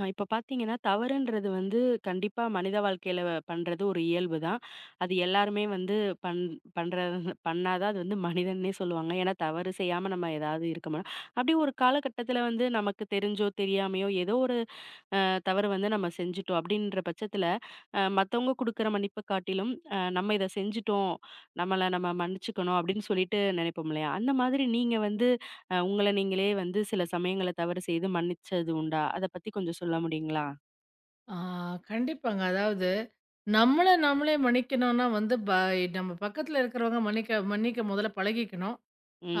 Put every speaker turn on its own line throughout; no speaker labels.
ஆ இப்ப பார்த்தீங்கன்னா, தவறுன்றது கண்டிப்பா மனித வாழ்க்கையில பண்றது ஒரு இயல்பு தான். அது எல்லாருமே வந்து பண் பண்ற பண்ணா தான் அது மனிதன்னே சொல்லுவாங்க. ஏன்னா, தவறு செய்யாம நம்ம ஏதாவது இருக்க மாட்டோம். அப்படி ஒரு காலகட்டத்தில நமக்கு தெரிஞ்சோ, தெரியாமையோ ஏதோ ஒரு தவறு நம்ம செஞ்சுட்டோம் அப்படின்ற பட்சத்துல, மத்தவங்க குடுக்குற மன்னிப்ப காட்டிலும், நம்ம இத செஞ்சுட்டோம், நம்மள நம்ம மன்னிச்சுக்கணும் அப்படின்னு சொல்லிட்டு நினைப்போம் இல்லையா? அந்த மாதிரி நீங்க வந்து அ உங்கள நீங்களே சில சமயங்கள்ல தவறு செய்து மன்னிச்சது உண்டா? அத பத்தி கொஞ்சம் சொல்ல முடியுங்களா?
ஆ, கண்டிப்பாங்க. அதாவது, நம்மள நம்மளே மன்னிக்கணும்னா வந்து, நம்ம பக்கத்துல இருக்கிறவங்க மன்னிக்க மன்னிக்க முதல்ல பழகிக்கணும்.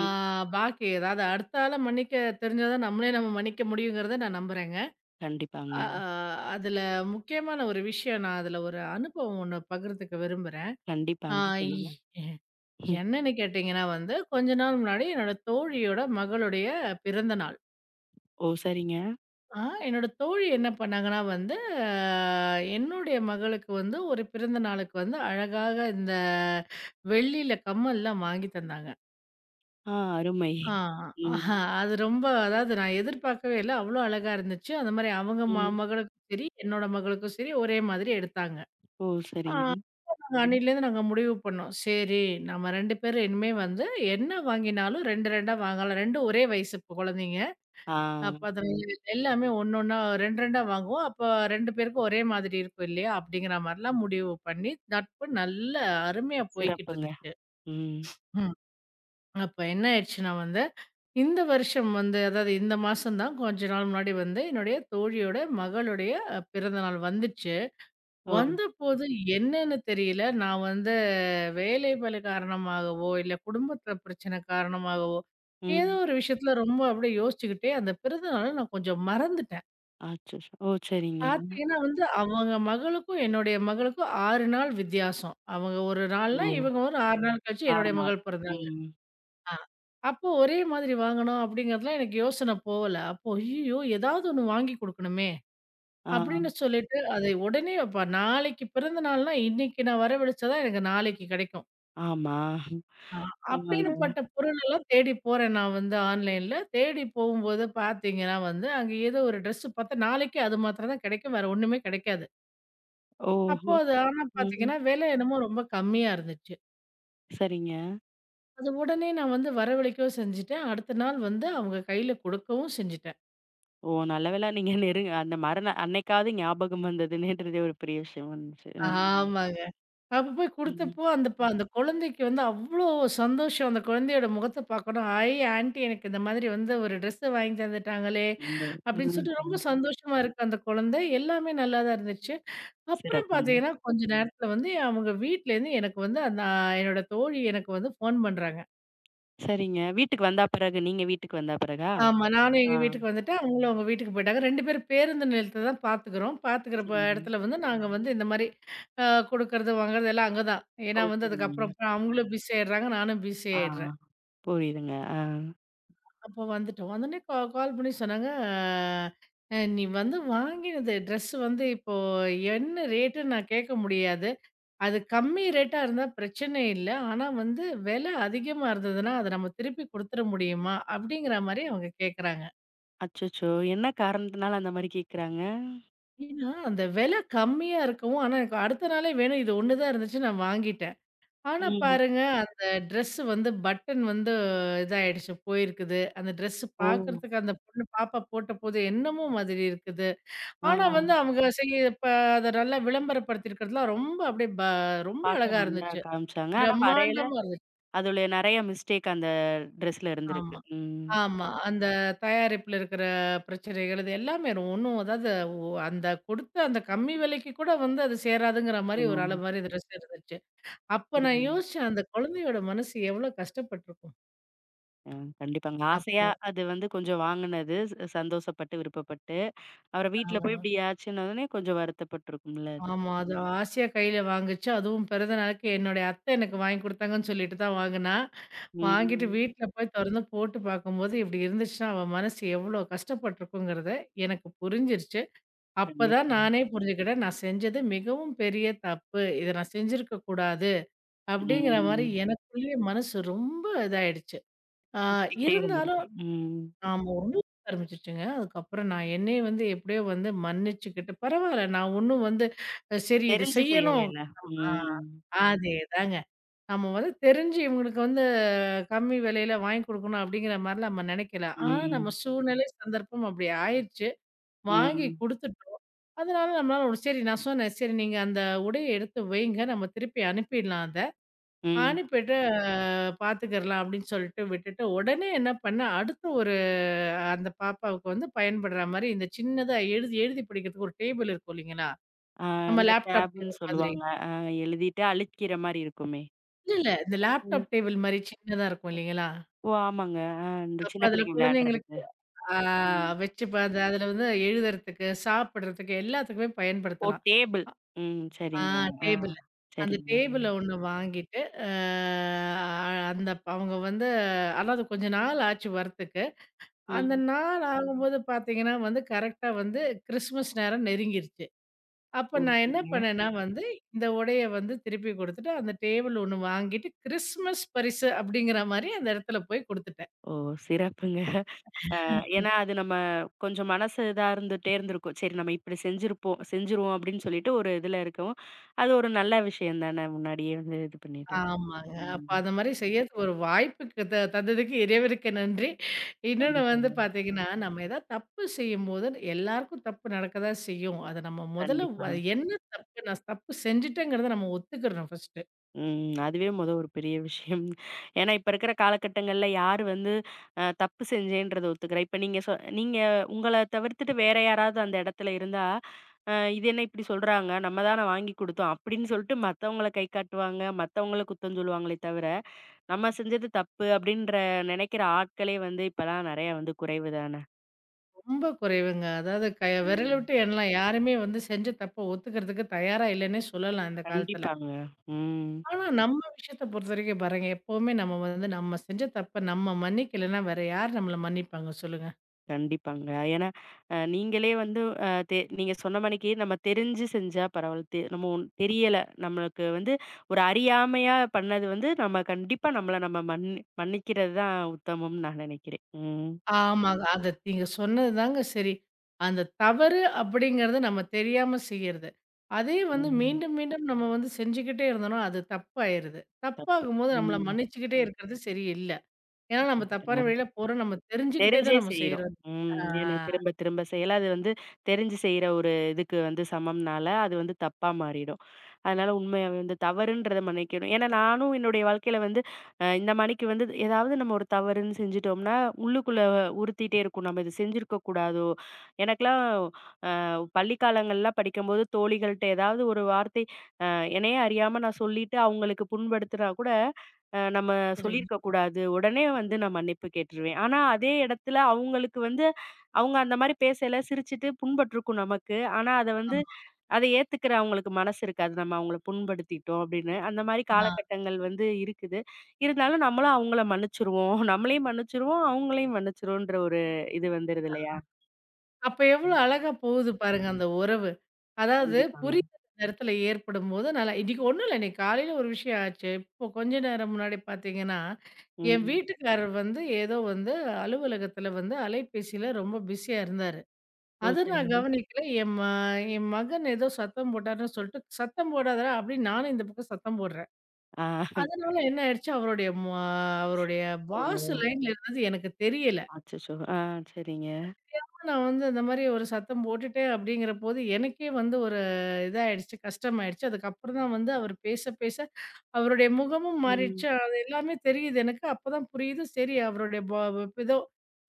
ஆ பாக்கி அதாவது அடுத்த ஆள மன்னிக்க தெரிஞ்சா தான் நம்மளே நம்ம மன்னிக்க முடியுங்கிறத நான் நம்புறேங்க.
கண்டிப்பாங்க.
அ ஆ அதுல முக்கியமான ஒரு விஷயம் நான் அதுல ஒரு அனுபவம் ஒண்ணு பகிர்ந்துக்க விரும்புறேன். ஆ
கண்டிப்பாங்க.
இ
சொல்லுங்க. ம்.
என்னன்னு கேட்டீங்கன்னா வந்து, கொஞ்ச நாள் முன்னாடி என்னோட தோழியோட மகளுடைய பிறந்த நாள்.
ஓ! சரிங்க.
என்னோட தோழி என்ன பண்ணாங்கன்னா வந்து, அ என்னுடைய மகளுக்கு வந்து ஒரு பிறந்த நாளுக்கு வந்து அழகாக இந்த வெள்ளியில கம்மல்லாம் வாங்கி தந்தாங்க.
ஆ அருமை.
ஆ
ம்.
ஆஹா அது ரொம்ப அதாவது நான் எதிர்பார்க்கவே இல்ல. அவ்ளோ அழகா இருந்துச்சு. அந்த மாரி அவங்க
ம்.
மகளுக்கும் சரி, என்னோட மகளுக்கும் சரி ஒரே மாதிரி எடுத்தாங்க.
ஓ!
ஆ
சரிங்க.
நாங்க அன்னையிலேருந்து நாங்க முடிவு பண்ணோம். சரி நம்ம 2 பேரும் இனிமே வந்து என்ன வாங்கினாலும் 2, 2 வாங்கலாம். 2 ஒரே வயசு இப்போ குழந்தைங்க.
ஆ.
அப்ப அத எல்லாமே ஒண்ணொண்ணா 2, 2 வாங்குவோம். அப்ப 2 பேருக்கும் ஒரே மாதிரி இருக்கும் இல்லையா? அப்படிங்கிற மாரிலாம் முடிவு பண்ணி, நட்பு நல்ல அருமையா போய்க்கிட்டு
சிறப்புங்க.
இருந்துச்சு.
ம்.
ம். அப்ப என்ன ஆயிடுச்சுன்னா வந்து, இந்த வருஷம் வந்து அதாவது இந்த மாசம் தான் கொஞ்ச நாள் முன்னாடி வந்து என்னுடைய தோழியோட மகளுடைய பிறந்தநாள் வந்துச்சு.
ஓ!
வந்தபோது என்னன்னு தெரியல, நான் வந்து வேலைப்பளு காரணமாகவோ, இல்ல குடும்பத்தில பிரச்சனை காரணமாகவோ, ஏதோ
ம்.
ஒரு விஷயத்தில ரொம்ப அப்படியே யோசிச்சுக்கிட்டே அந்த பிறந்த நாள நான் கொஞ்சம் மறந்துட்டேன்.
அச்சச்சோ! ஓ! சரிங்க.
பார்த்தீங்கன்னா வந்து, அவங்க மகளுக்கும், என்னுடைய மகளுக்கும் 6 நாள் வித்தியாசம். அவங்க ஒரு
ஓ!
நாள்னா, இவங்க ஒரு 6 நாள் கழிச்சு
6
என்னுடைய
நாள்.
மகள் பிறந்தாங்க.
ம்.
ஆ. அப்போ ஒரே மாதிரி வாங்கணும் அப்படிங்கிறதுலாம் எனக்கு யோசனை போகல. அப்போ ஐய்யயோ! ஏதாவது ஒண்ணு வாங்கி குடுக்கணுமே!
ஆ.
அப்படின்னு சொல்லிட்டு, அதை உடனே அப்ப நாளைக்கு பிறந்த நாள்னா, இன்னைக்கு நான் வரவழிச்சா தான் எனக்கு நாளைக்கு கிடைக்கும்.
ஆமா.
ஆ
ஆமாங்க.
அப்படின்னுப்பட்ட பொருளெல்லாம் தேடி போறேன் நான் வந்து ஆன்லைன்ல. தேடி போகும்போது பார்த்தீங்கன்னா வந்து, அங்க ஏதோ ஒரு ட்ரெஸ் பார்த்தா நாளைக்கு அது மாத்திரம் தான் கிடைக்கும். வேற ஒண்ணுமே கிடைக்காது. அப்போ
ஓஹோ!
அது ஆனா
ம்.
பார்த்தீங்கன்னா, விலை என்னமோ ரொம்ப கம்மியா இருந்துச்சு.
சரிங்க.
அது உடனே நான் வந்து வரவழைக்கவும் செஞ்சுட்டேன். அடுத்த நாள் வந்து அவங்க கையில குடுக்கவும் செஞ்சுட்டேன்.
ஓ! நல்ல வேளை நீங்க நெருங்க அந்த மறுநாள் அன்னைக்காவது ஞாபகம் வந்தது. நேற்றதே ஒரு பெரிய விஷயம் வந்துச்சு. அ.
ஆமாங்க. அப்ப போய்
ம்.
குடுத்தப்போ, அந்த அந்த குழந்தைக்கு வந்து அவ்ளோ சந்தோஷம். அந்த குழந்தையோட முகத்த பார்க்கணும். "ஐ ஆன்டி எனக்கு இந்த மாதிரி வந்து ஒரு ட்ரெஸ்ஸ வாங்கி தந்துட்டாங்களே!"
அந்த
அப்படின்னு
ம்.
சொல்லிட்டு ரொம்ப
ம்.
சந்தோஷமா இருக்கு அந்த குழந்தை. எல்லாமே நல்லா தான் இருந்துச்சு. அப்புறம்
சிறப்புங்க.
பார்த்தீங்கன்னா, கொஞ்ச நேரத்தில வந்து அவங்க வீட்லேருந்து எனக்கு வந்து அந்த என்னோட தோழி எனக்கு வந்து ஃபோன் பண்றாங்க.
சரிங்க. வீட்டுக்கு வந்தா பிறகு நீங்க வீட்டுக்கு வந்தா பிறகா?
ஆமா. நானும்
ஆ.
எங்க வீட்டுக்கு வந்துட்டேன். அவங்களும் அவங்க வீட்டுக்கு போயிட்டாங்க. 2 பேரும் பேருந்து நிலையத்த தான் பார்த்துக்கிறோம். பார்த்துக்கிற
சரிங்க.
இடத்துல வந்து நாங்க வந்து இந்த மாரி குடுக்கறது, வாங்குறது எல்லாம் அங்க தான்.
ஓ!
ஏன்னா வந்து
சரிங்க.
அதுக்கப்புறம் அப்புறம் அவங்களும் பிஸி ஆயிடுறாங்க. நானும் பிஸி
ஆ.
ஆயிடுறேன்.
புரியுதுங்க. ஆ.
அப்போ வந்துட்டோம். வந்தோனே கால் பண்ணி சொன்னாங்க, நீ வந்து வாங்கினது ட்ரெஸ் வந்து இப்போ என்ன ரேட்டுன்னு நான் கேட்க முடியாது. அது கம்மி ரேட்டா இருந்தா பிரச்சனை இல்ல. ஆனா வந்து விலை அதிகமா இருந்ததுன்னா, அத நம்ம திருப்பி குடுத்துற முடியுமா?" அப்படிங்கிற மாரி அவங்க கேட்கறாங்க.
அச்சச்சோ! என்ன காரணத்தினால அந்த மாரி கேட்குறாங்க?
ஏன்னா, அந்த விலை கம்மியா இருக்கவும், ஆனா எனக்கு அடுத்த நாளே வேணும். இது ஒண்ணு தான் இருந்துச்சு. நான் வாங்கிட்டேன். ஆனா
ம்.
பாருங்க, அந்த ட்ரெஸ் வந்து பட்டன் வந்து இதாயிடுச்சு, போயிருக்குது. அந்த ட்ரெஸ்
ஓ!
பார்க்கறதுக்கு அந்த பொண்ணு பாப்பா போட்டபோது என்னமோ மாதிரி இருக்குது.
ஆ.
ஆனா வந்து அவங்க செய்ய இப்ப அத நல்லா விளம்பரப்படுத்தியிருக்கிறதுலாம் ரொம்ப அப்படியே ரொம்ப
பார்க்க
அழகா
நன்றா
இருந்துச்சு.
காமிச்சாங்க. ஆனா வரையில
பிரம்மாண்டமா இருந்துச்சு.
அதுல நெறைய மிஸ்டேக் அந்த ட்ரெஸ்ல இருந்திருக்கு.
ஆமா.
ம்.
ஆமா. அந்த தயாரிப்புல இருக்கிற பிரச்சனைகள் இது எல்லாமே ஒண்ணும் அதாவது அந்த கொடுத்த அந்த கம்மி விலைக்கு கூட வந்து அது சேராதுங்கிற
ஓ!
மாரி ஒரு அளவு மாரி ட்ரெஸ் இருந்துச்சு. அப்ப நான்
சரிங்க.
யோசிச்சேன், அந்த குழந்தையோட மனசு எவ்வளோ கஷ்டப்பட்டுருக்கும்.
அ கண்டிப்பாங்க. ஆசையா
அப்ப
அது கொஞ்சம் வாங்குனது சந்தோஷப்பட்டு, விருப்பப்பட்டு. அப்புறம்
ஆ.
வீட்ல போய் இப்படி ஆச்சுன்ன உடனே கொஞ்சம் வருத்தப்பட்டுருக்கும்ல அது.
ஆமா. அது
ம்.
ஆசையா கையில வாங்குச்சு. அதுவும் பிறந்த நாளுக்கு என்னுடைய அத்தை எனக்கு வாங்கி குடுத்தாங்கன்னு சொல்லிட்டு தான் வாங்குனா. வாங்கிட்டு
ம்.
வீட்ல போய் தொறந்து போட்டு பார்க்கும்போது, இப்படி இருந்துச்சுன்னா அவ மனசு எவ்வளோ கஷ்டப்பட்டுருக்குங்கிறத எனக்கு புரிஞ்சிருச்சு. அப்பதான்
கண்டிப்பாங்க.
நானே புரிஞ்சுக்கிட்டேன். நான் செஞ்சது மிகவும் பெரிய தப்பு. இத நான் செஞ்சிருக்க கூடாது. அப்படிங்கிற மாரி
ம்.
எனக்குள்ளயே மனசு ரொம்ப இதாயிடுச்சு. ஆ
யோசிச்சுக்கிட்டே
இருந்தாலும்
இருந்திருப்போம். ம்.
ஆமா ரொம்ப ஆரம்பிச்சுச்சுங்க. அதுக்கப்புறம் நான் என்னைய வந்து எப்படியோ வந்து மன்னிச்சுக்கிட்டு, பரவால்ல நான் ஒண்ணும் வந்து சரி இது
தெரிஞ்சு
செய்யணும்.
செய்யலைல.
ஆ
ம்.
அதேதாங்க. நம்ம வந்து தெரிஞ்சு இவங்களுக்கு வந்து கம்மி விலையில வாங்கி குடுக்கணும் அப்படிங்கிற மாரிலாம் நம்ம நெனைக்கல. ஆனா நம்ம
ம்.
சூழ்நிலை, சந்தர்ப்பம் அப்படி ஆயிருச்சு. வாங்கி
ம்.
குடுத்துட்டோம். அதனால நம்மளால ஒரு சரி நான் சொன்னேன், "சரி நீங்க அந்த உடைய எடுத்து வைங்க. நம்ம திருப்பி அனுப்பிடலாம் அத.
ம்.
அனுப்பிட்டு பாத்துக்கிறலாம்." அப்படின்னு சொல்லிட்டு விட்டுட்டு, உடனே என்ன பண்ணேன், அடுத்து ஒரு அந்த பாப்பாவுக்கு வந்து பயன்படுற மாரி இந்த சின்னதா எழுதி எழுதி பிடிக்கிறதுக்கு ஒரு டேபிள் இருக்கும் இல்லைங்களா?
ஆ
நம்ம
இந்த
லேப்டாப்
டேப்ன்னு
டேபிள் மாதிரி.
சொல்லுவாங்க. அ எழுதிட்டு அழிக்கிற மாரி இருக்குமே.
இல்ல, இல்ல. இந்த
ம்.
லேப்டாப் டேபிள் மாரி சின்னதா இருக்கும் இல்லைங்களா?
ஓ! ஆமாங்க. ஆ இந்த
அப்ப
சின்ன
அதுல
பிள்ளைங்க விளையாடுறதுக்கு.
குழந்தைங்களுக்கு ஆ
ம்.
வச்சு பாத்து அதுல வந்து எழுதுறதுக்கு, சாப்பிடுறதுக்கு எல்லாத்துக்குமே
ஓ!
பயன்படுத்தலாம்.
டேபிள். ம்.
ஆ
சரிங்க. ஆ
டேபிளு. அந்த
சரிங்க.
டேபிள ஒண்ணு வாங்கிட்டு, அ அந்த அவங்க வந்து அதாவது கொஞ்ச நாள் ஆச்சு வரத்துக்கு. அந்த
ம்.
நாள் ஆகும்போது பார்த்தீங்கன்னா வந்து கரெக்ட்டா வந்து கிறிஸ்மஸ் நேரம் நெருங்கிருச்சு. அப்ப
ஓ!
நான் என்ன
சரிங்க.
பண்ணேன்னா வந்து, இந்த உடைய வந்து திருப்பி குடுத்துட்டு, அந்த டேபிள் ஒண்ணு வாங்கிட்டு, கிறிஸ்மஸ் பரிசு அப்படிங்கிற மாரி அந்த இடத்துல போய் குடுத்துட்டேன்.
ஓ! சிறப்புங்க. அ ஏன்னா அது நம்ம கொஞ்சம் மனசு இதா இருந்துட்டே இருந்திருக்கும். சரி நம்ம இப்படி செஞ்சிருப்போம் செஞ்சுருவோம் அப்படின்னு சொல்லிட்டு ஒரு இதுல இருக்கவும், அது ஒரு நல்ல விஷயம் தானே முன்னாடியே இது பண்ணிட்டு.
ஆமாங்க. அப்ப
ம்.
அந்த மாரி செய்யறதுக்கு ஒரு வாய்ப்புக்கு தந்ததுக்கு இறைவனுக்கு நன்றி. இன்னொன்னு வந்து
கண்டிப்பாங்க.
பார்த்தீங்கன்னா, நம்ம ஏதாவது தப்பு செய்யும்போது எல்லாருக்கும் தப்பு நடக்க தான் செய்யும். அத நம்ம முதல்ல
கண்டிப்பாங்க.
என்ன தப்பு நான் தப்பு செஞ்சுட்டேங்கிறத நம்ம ஒத்துக்கிறணும் ஃபர்ஸ்ட்டு.
ம். அதுவே மொத ஒரு பெரிய விஷயம். ஏன்னா, இப்ப இருக்கிற காலகட்டங்கள்ல யாரு வந்து அ தப்பு செஞ்சேன்றத ஒத்துக்கிறா? இப்ப நீங்க உங்கள தவிர்த்துட்டு வேற யாராவது அந்த இடத்துல இருந்தா, அ "இது என்ன இப்படி சொல்றாங்க? நம்ம தான வாங்கி குடுத்தோம்." அப்படின்னு சொல்லிட்டு மத்தவங்கள கை காட்டுவாங்க, மத்தவங்கள குத்தம் சொல்லுவாங்களே தவிர, நம்ம செஞ்சது தப்பு அப்படின்ற நினைக்கிற ஆட்களே இப்பலாம் நெறையா குறைவு தான.
ரொம்ப குறைவுங்க. அதாவது கை விரல
ம்.
விட்டு எண்ணலாம். யாருமே வந்து செஞ்ச தப்ப ஒத்துக்கிறதுக்கு தயாரா இல்லன்னே சொல்லலாம் இந்த காலத்துல.
கண்டிப்பாங்க. ம்.
ஆனா நம்ம விஷயத்த பொறுத்தவரைக்கும் பாருங்க, எப்பவுமே நம்ம வந்து நம்ம செஞ்ச தப்ப நம்ம மன்னிக்கலன்னா வேற யார் நம்மள மன்னிப்பாங்க சொல்லுங்க?
கண்டிப்பாங்க. ஏன்னா, நீங்களே வந்து அ தெ நீங்க சொன்ன மாணிக்கு நம்ம தெரிஞ்சு செஞ்சா பரவால்ல. நம்ம தெரியல. நம்மளுக்கு ஒரு அறியாமையா பண்ணது நம்ம கண்டிப்பா நம்மள நம்ம மன்னிக்கிறது தான் உத்தமம்னு நான் நினைக்கிறேன். ம்.
ஆமாங்க. அத நீங்க சொன்னது தாங்க சரி. அந்த தவறு அப்படிங்கிறது நம்ம தெரியாம செய்யறது. அதே வந்து
ம்.
மீண்டும், மீண்டும் நம்ம வந்து செஞ்சுக்கிட்டே இருந்தோம்னா, அது தப்பாயிருது.
தப்பு.
தப்பாகும்போது நம்மள மன்னிச்சுக்கிட்டே இருக்கிறது சரியில்ல. ஏன்னா நம்ம தப்பான
ம்.
வழியில போறோம். நம்ம தெரிஞ்சுக்கிட்டே
தெரிஞ்சே
தான் நம்ம
செய்றோம்.
செய்றோம். ஆ
ம். ஏன்னா திரும்ப திரும்ப செய்யல. அது தெரிஞ்சு செய்ற ஒரு இதுக்கு சமம்னால, அது தப்பா மாறிடும். அதனால உண்மையா தவறுன்றத மன்னிக்கணும். ஏன்னா நானும் என்னுடைய வாழ்க்கையில வந்து அ இந்த மணிக்கு ஏதாவது நம்ம ஒரு தவறுன்னு செஞ்சுட்டோம்னா, உள்ளுக்குள்ள உறுத்திட்டே இருக்கும். நம்ம இது செஞ்சிருக்க கூடாதோ! எனக்கெல்லாம் பள்ளி காலங்கள்லாம் படிக்கும்போது தோழிகள்ட்ட ஏதாவது ஒரு வார்த்தை என்னையே அறியாம நான் சொல்லிட்டு அவங்களுக்கு புண்படுத்துனா கூட, நம்ம
சரிங்க.
சொல்லியிருக்க கூடாது. உடனே நான் மன்னிப்பு கேட்டுருவேன். ஆனா அதே இடத்துல அவங்களுக்கு அவங்க அந்த மாரி பேசையில சிரிச்சுட்டு புண்பட்டுருக்கும் நமக்கு. ஆனா
ஆமா.
அத ஏத்துக்கிற அவங்களுக்கு மனசு இருக்காது. நம்ம அவங்கள புண்படுத்திட்டோம் அப்படின்னு. அந்த மாரி
ஆ.
காலகட்டங்கள் இருக்குது. இருந்தாலும் நம்மளும் அவங்கள மன்னிச்சுருவோம். நம்மளையும் மன்னிச்சுருவோம், அவங்களையும் மன்னிச்சுருவோன்ற ஒரு இது வந்துருது இல்லையா?
அப்ப எவ்வளோ
ம்.
அழகா போகுது பாருங்க அந்த உறவு. அதாவது
கண்டிப்பாங்க.
புரிதல் அந்த இடத்துல ஏற்படும்போது நல்லா இன்னைக்கு ஒண்ணும் இல்ல. இன்னைக்கு காலையில ஒரு விஷயம் ஆச்சு. இப்போ கொஞ்ச நேரம் முன்னாடி பார்த்தீங்கன்னா, என்
ம்.
வீட்டுக்காரர் வந்து ஏதோ வந்து அலுவலகத்தில வந்து அலைபேசியில ரொம்ப பிஸியா இருந்தாரு.
ஓ!
அத நான்
சரிங்க.
கவனிக்கல. என் என் மகன் ஏதோ சத்தம் போட்டாருன்னு சொல்லிட்டு, "சத்தம் போடாதடா" அப்படின்னு நானும் இந்த பக்கம் சத்தம் போடுறேன்.
ஆ.
அதனால என்ன ஆயிடுச்சு அவருடைய அவருடைய
ஓ!
வாய்ஸ் லைன்ல இருந்தது எனக்கு தெரியல.
அச்சச்சோ! ஆ சரிங்க.
நான் வந்து அந்த மாரி ஒரு சத்தம் போட்டுட்டேன் அப்படிங்கிறபோது, எனக்கே வந்து ஒரு இதாயிடுச்சு, கஷ்டமாயிடுச்சு. அதுக்கப்புறம் தான் வந்து அவர் பேச, பேச அவருடைய முகமும்
ம்.
மாறிடுச்சு. அது எல்லாமே தெரியுது எனக்கு. அப்பதான் புரியுது, சரி அவருடைய ஏதோ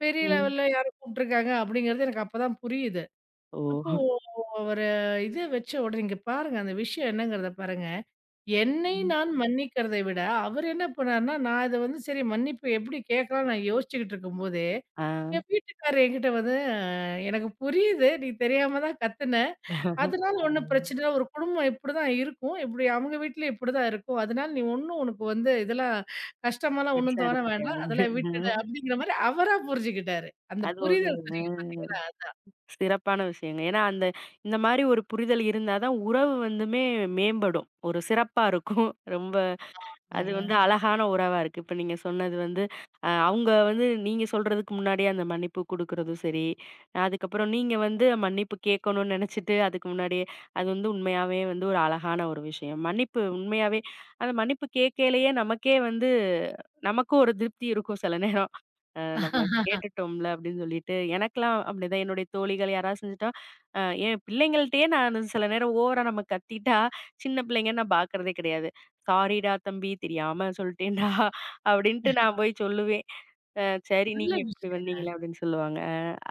பெரிய
ம்.
லெவல்ல யாரோ கூப்பிட்டுருக்காங்க அப்படிங்கிறது எனக்கு அப்பதான் புரியுது.
ஓ!
அப்போ அவரு இது வச்ச உடனே இங்க பாருங்க, அந்த விஷயம் என்னங்கிறத பாருங்க. என்னை
ம்.
நான் மன்னிக்கிறதை விட, அவர் என்ன பண்ணாருன்னா, நான் இத வந்து சரி மன்னிப்பு எப்படி கேட்கலாம்னு நான் யோசிச்சுக்கிட்டு இருக்கும்போதே
ஆ.
என் வீட்டுக்காரரு என்கிட்ட வந்து, "எனக்கு புரியுது. நீ தெரியாம தான் கத்துன. அதனால ஒண்ணும்
ஆ.
பிரச்சனை இல்ல. ஒரு குடும்பம் இப்படிதான் இருக்கும். இப்படி அவங்க வீட்லயும் இப்படிதான் இருக்கும். அதனால நீ ஒண்ணும் உனக்கு வந்து இதெல்லாம் கஷ்டமாலாம்
பெருசா
ஒண்ணும் தோண வேண்டாம்.
எடுத்துக்காது. ஆ.
அதெல்லாம் விட்டுடு." அப்படிங்கிற மாரி அவரா புரிஞ்சுக்கிட்டாரு. அந்த
அது ஒரு
புரிதல் சொன்னீங்க
அ
பார்த்தீங்களா?
சிறப்பான விஷயங்க. ஏன்னா, இந்த மாரி ஒரு புரிதல் இருந்தா தான் உறவு வந்துமே மேம்படும். ஒரு சிறப்பா இருக்கும். ரொம்ப அது
ஆமாங்க.
அழகான உறவா இருக்கு. இப்ப நீங்க சொன்னது வந்து, அவங்க நீங்க சொல்றதுக்கு முன்னாடியே அந்த மன்னிப்பு குடுக்குறதும் சரி, அதுக்கப்புறம் நீங்க மன்னிப்பு கேட்கணும்னு நெனச்சுட்டு, அதுக்கு முன்னாடியே அது உண்மையாவே ஒரு அழகான ஒரு விஷயம். மன்னிப்பு உண்மையாவே அந்த மன்னிப்பு கேட்கையிலேயே நமக்கே நமக்கும் ஒரு திருப்தி இருக்கும் சில நேரம். நம்ம கேட்டுட்டோம்ல அப்படின்னு சொல்லிட்டு, எனக்கெல்லாம் அப்படிதான் என்னுடைய தோழிகள் யாராவது செஞ்சுட்டா, அ என் பிள்ளைங்கள்ட்டயே நான் சில நேரம் ஓவரா நம்ம கத்திட்டா, சின்ன பிள்ளைங்கன்னு நான் பார்க்கறதே கிடையாது. "சாரிடா தம்பி, தெரியாம சொல்லிட்டேன்டா" அப்படின்ட்டு நான் போய் சொல்லுவேன். அ "சரி,
நல்ல
நீங்க இப்படி
விஷயம்.
வந்தீங்களே" அப்படின்னு சொல்லுவாங்க.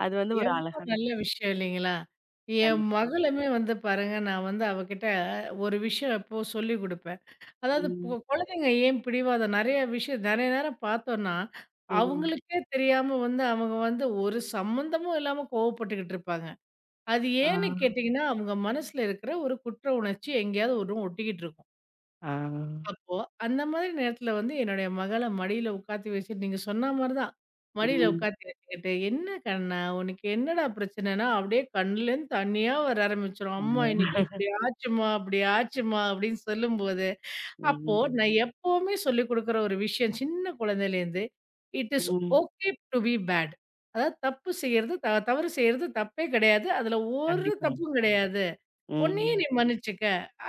அது வந்து ஒரு
எவ்ளோ
அழகான
நல்ல விஷயம் இல்லைங்களா? என்
கண்டிப்பாங்க.
மகளுமே வந்து பாருங்க, நான் வந்து அவகிட்ட ஒரு விஷயம் எப்போ சொல்லிக் குடுப்பேன். அதாவது
ம்,
குழந்தைங்க ஏன் பிடிவாதம் நெறைய விஷயம் நெறைய நேரம் பார்த்தோம்ன்னா,
ம்.
அவங்களுக்கே தெரியாம வந்து அவங்க வந்து ஒரு சம்மந்தமும் இல்லாம கோவப்பட்டுக்கிட்டு இருப்பாங்க. அது
ஆ,
ஏன்னு கேட்டீங்கன்னா, அவங்க மனசுல இருக்கிற ஒரு குற்ற உணர்ச்சி எங்கேயாவது ஒண்ணு ஒட்டிக்கிட்டு இருக்கும்.
ஆ,
அப்போ அந்த மாதிரி நேரத்துல வந்து என்னுடைய மகள மடியில உட்காத்தி வச்சுட்டு நீங்க சொன்ன மாரி தான். மடியில
ம்,
உட்காத்தி வச்சுக்கிட்டு, "என்ன கண்ணா உனக்கு என்னடா பிரச்சனைன்னா?" அப்படியே கண்ணுலேருந்து தண்ணியா வர ஆரம்பிச்சுரும். "அம்மா இன்னைக்கு
ஆ,
இப்படி ஆச்சும்மா, அப்படி ஆச்சும்மா" அப்படின்னு சொல்லும்போது அப்போ
ம்,
நான் எப்பவுமே சொல்லிக் குடுக்குற ஒரு விஷயம் சின்ன குழந்தையிலேருந்து, it is
hmm.
Okay to be bad. அதாவது தப்பு செய்யறது தவறு செய்யறது தப்பே கிடையாது. அதுல ஒரு
கண்டிப்பாங்க.
தப்பும் கிடையாது. உன்னையே
ம்,
நீ மன்னிச்சுக்க.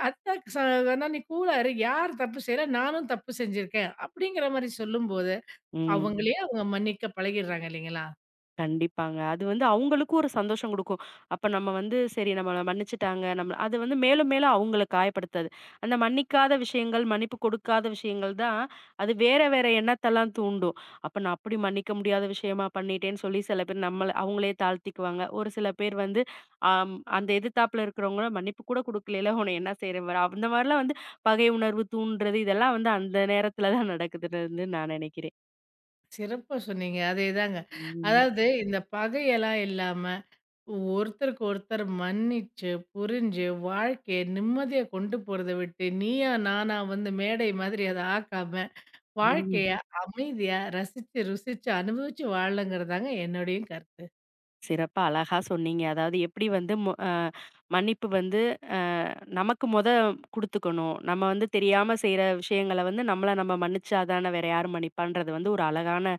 அதான் ஆனா நீ கூலா இரு. யார் தப்பு செய்யல நானும் தப்பு செஞ்சிருக்கேன். அப்படிங்கிற மாரி சொல்லும்போது,
ம்.
அவங்களே அவங்க மன்னிக்க பழகிடுறாங்க இல்லைங்களா?
கண்டிப்பாங்க. அது அவங்களுக்கும் ஒரு சந்தோஷம் குடுக்கும். அப்ப நம்ம சரி நம்மள மன்னிச்சுட்டாங்க. நம்ம அது மேலும் மேலும் அவங்கள காயப்படுத்தாது. அந்த மன்னிக்காத விஷயங்கள், மன்னிப்பு கொடுக்காத விஷயங்கள் தான், அது வேற வேற எண்ணத்தெல்லாம் தூண்டும். அப்ப நான் அப்படி மன்னிக்க முடியாத விஷயமா பண்ணிட்டேன்னு சொல்லி சில பேர் நம்மள அவங்களே தாழ்த்திக்குவாங்க. ஒரு சில பேர் வந்து ஆம் அந்த எதிர்த்தாப்புல இருக்கிறவங்கள மன்னிப்பு கூட குடுக்கலைல உன்ன என்ன செய்றேன் பாரு. அந்த மாரிலாம் பகை உணர்வு தூண்டுறது இதெல்லாம் அந்த நேரத்துல தான் நடக்குதுன்னு நான் நினைக்கிறேன்.
சிறப்பா சொன்னீங்க. அதேதாங்க. அதாவது இந்த பகையெல்லாம் இல்லாம ஒருத்தருக்கு ஒருத்தர் மன்னிச்சு, புரிஞ்சு, வாழ்க்கைய நிம்மதியா கொண்டு போறத விட்டு, நீயா நானா வந்து மேடை மாதிரி அத ஆக்காம, வாழ்க்கைய
ம்.
அமைதியா ரசிச்சு, ருசிச்சு, அனுபவிச்சு வாழலங்கிறதாங்க என்னுடைய கருத்து.
சிறப்பா, அழகா சொன்னீங்க. அதாவது எப்படி வந்து மு அ மன்னிப்பு வந்து அ நமக்கு குடுத்துக்கணும். நம்ம தெரியாம செய்ற விஷயங்கள நம்மள நம்ம மன்னிச்சா தான வேற யாரும் மன்னிப்பான்றது ஒரு அழகான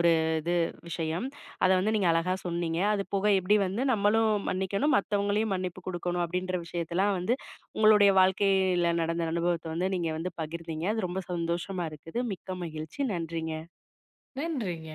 ஒரு இது விஷயம். அத நீங்க அழகா சொன்னீங்க. அது போக எப்படி நம்மளும் மன்னிக்கணும், மத்தவங்களையும் மன்னிப்பு குடுக்கணும் அப்படின்ற விஷயத்தலாம் உங்களுடைய வாழ்க்கையில நடந்த அனுபவத்த நீங்க பகிர்ந்தீங்க. அது ரொம்ப சந்தோஷமா இருக்குது. மிக்க மகிழ்ச்சி. நன்றிங்க.
நன்றிங்க.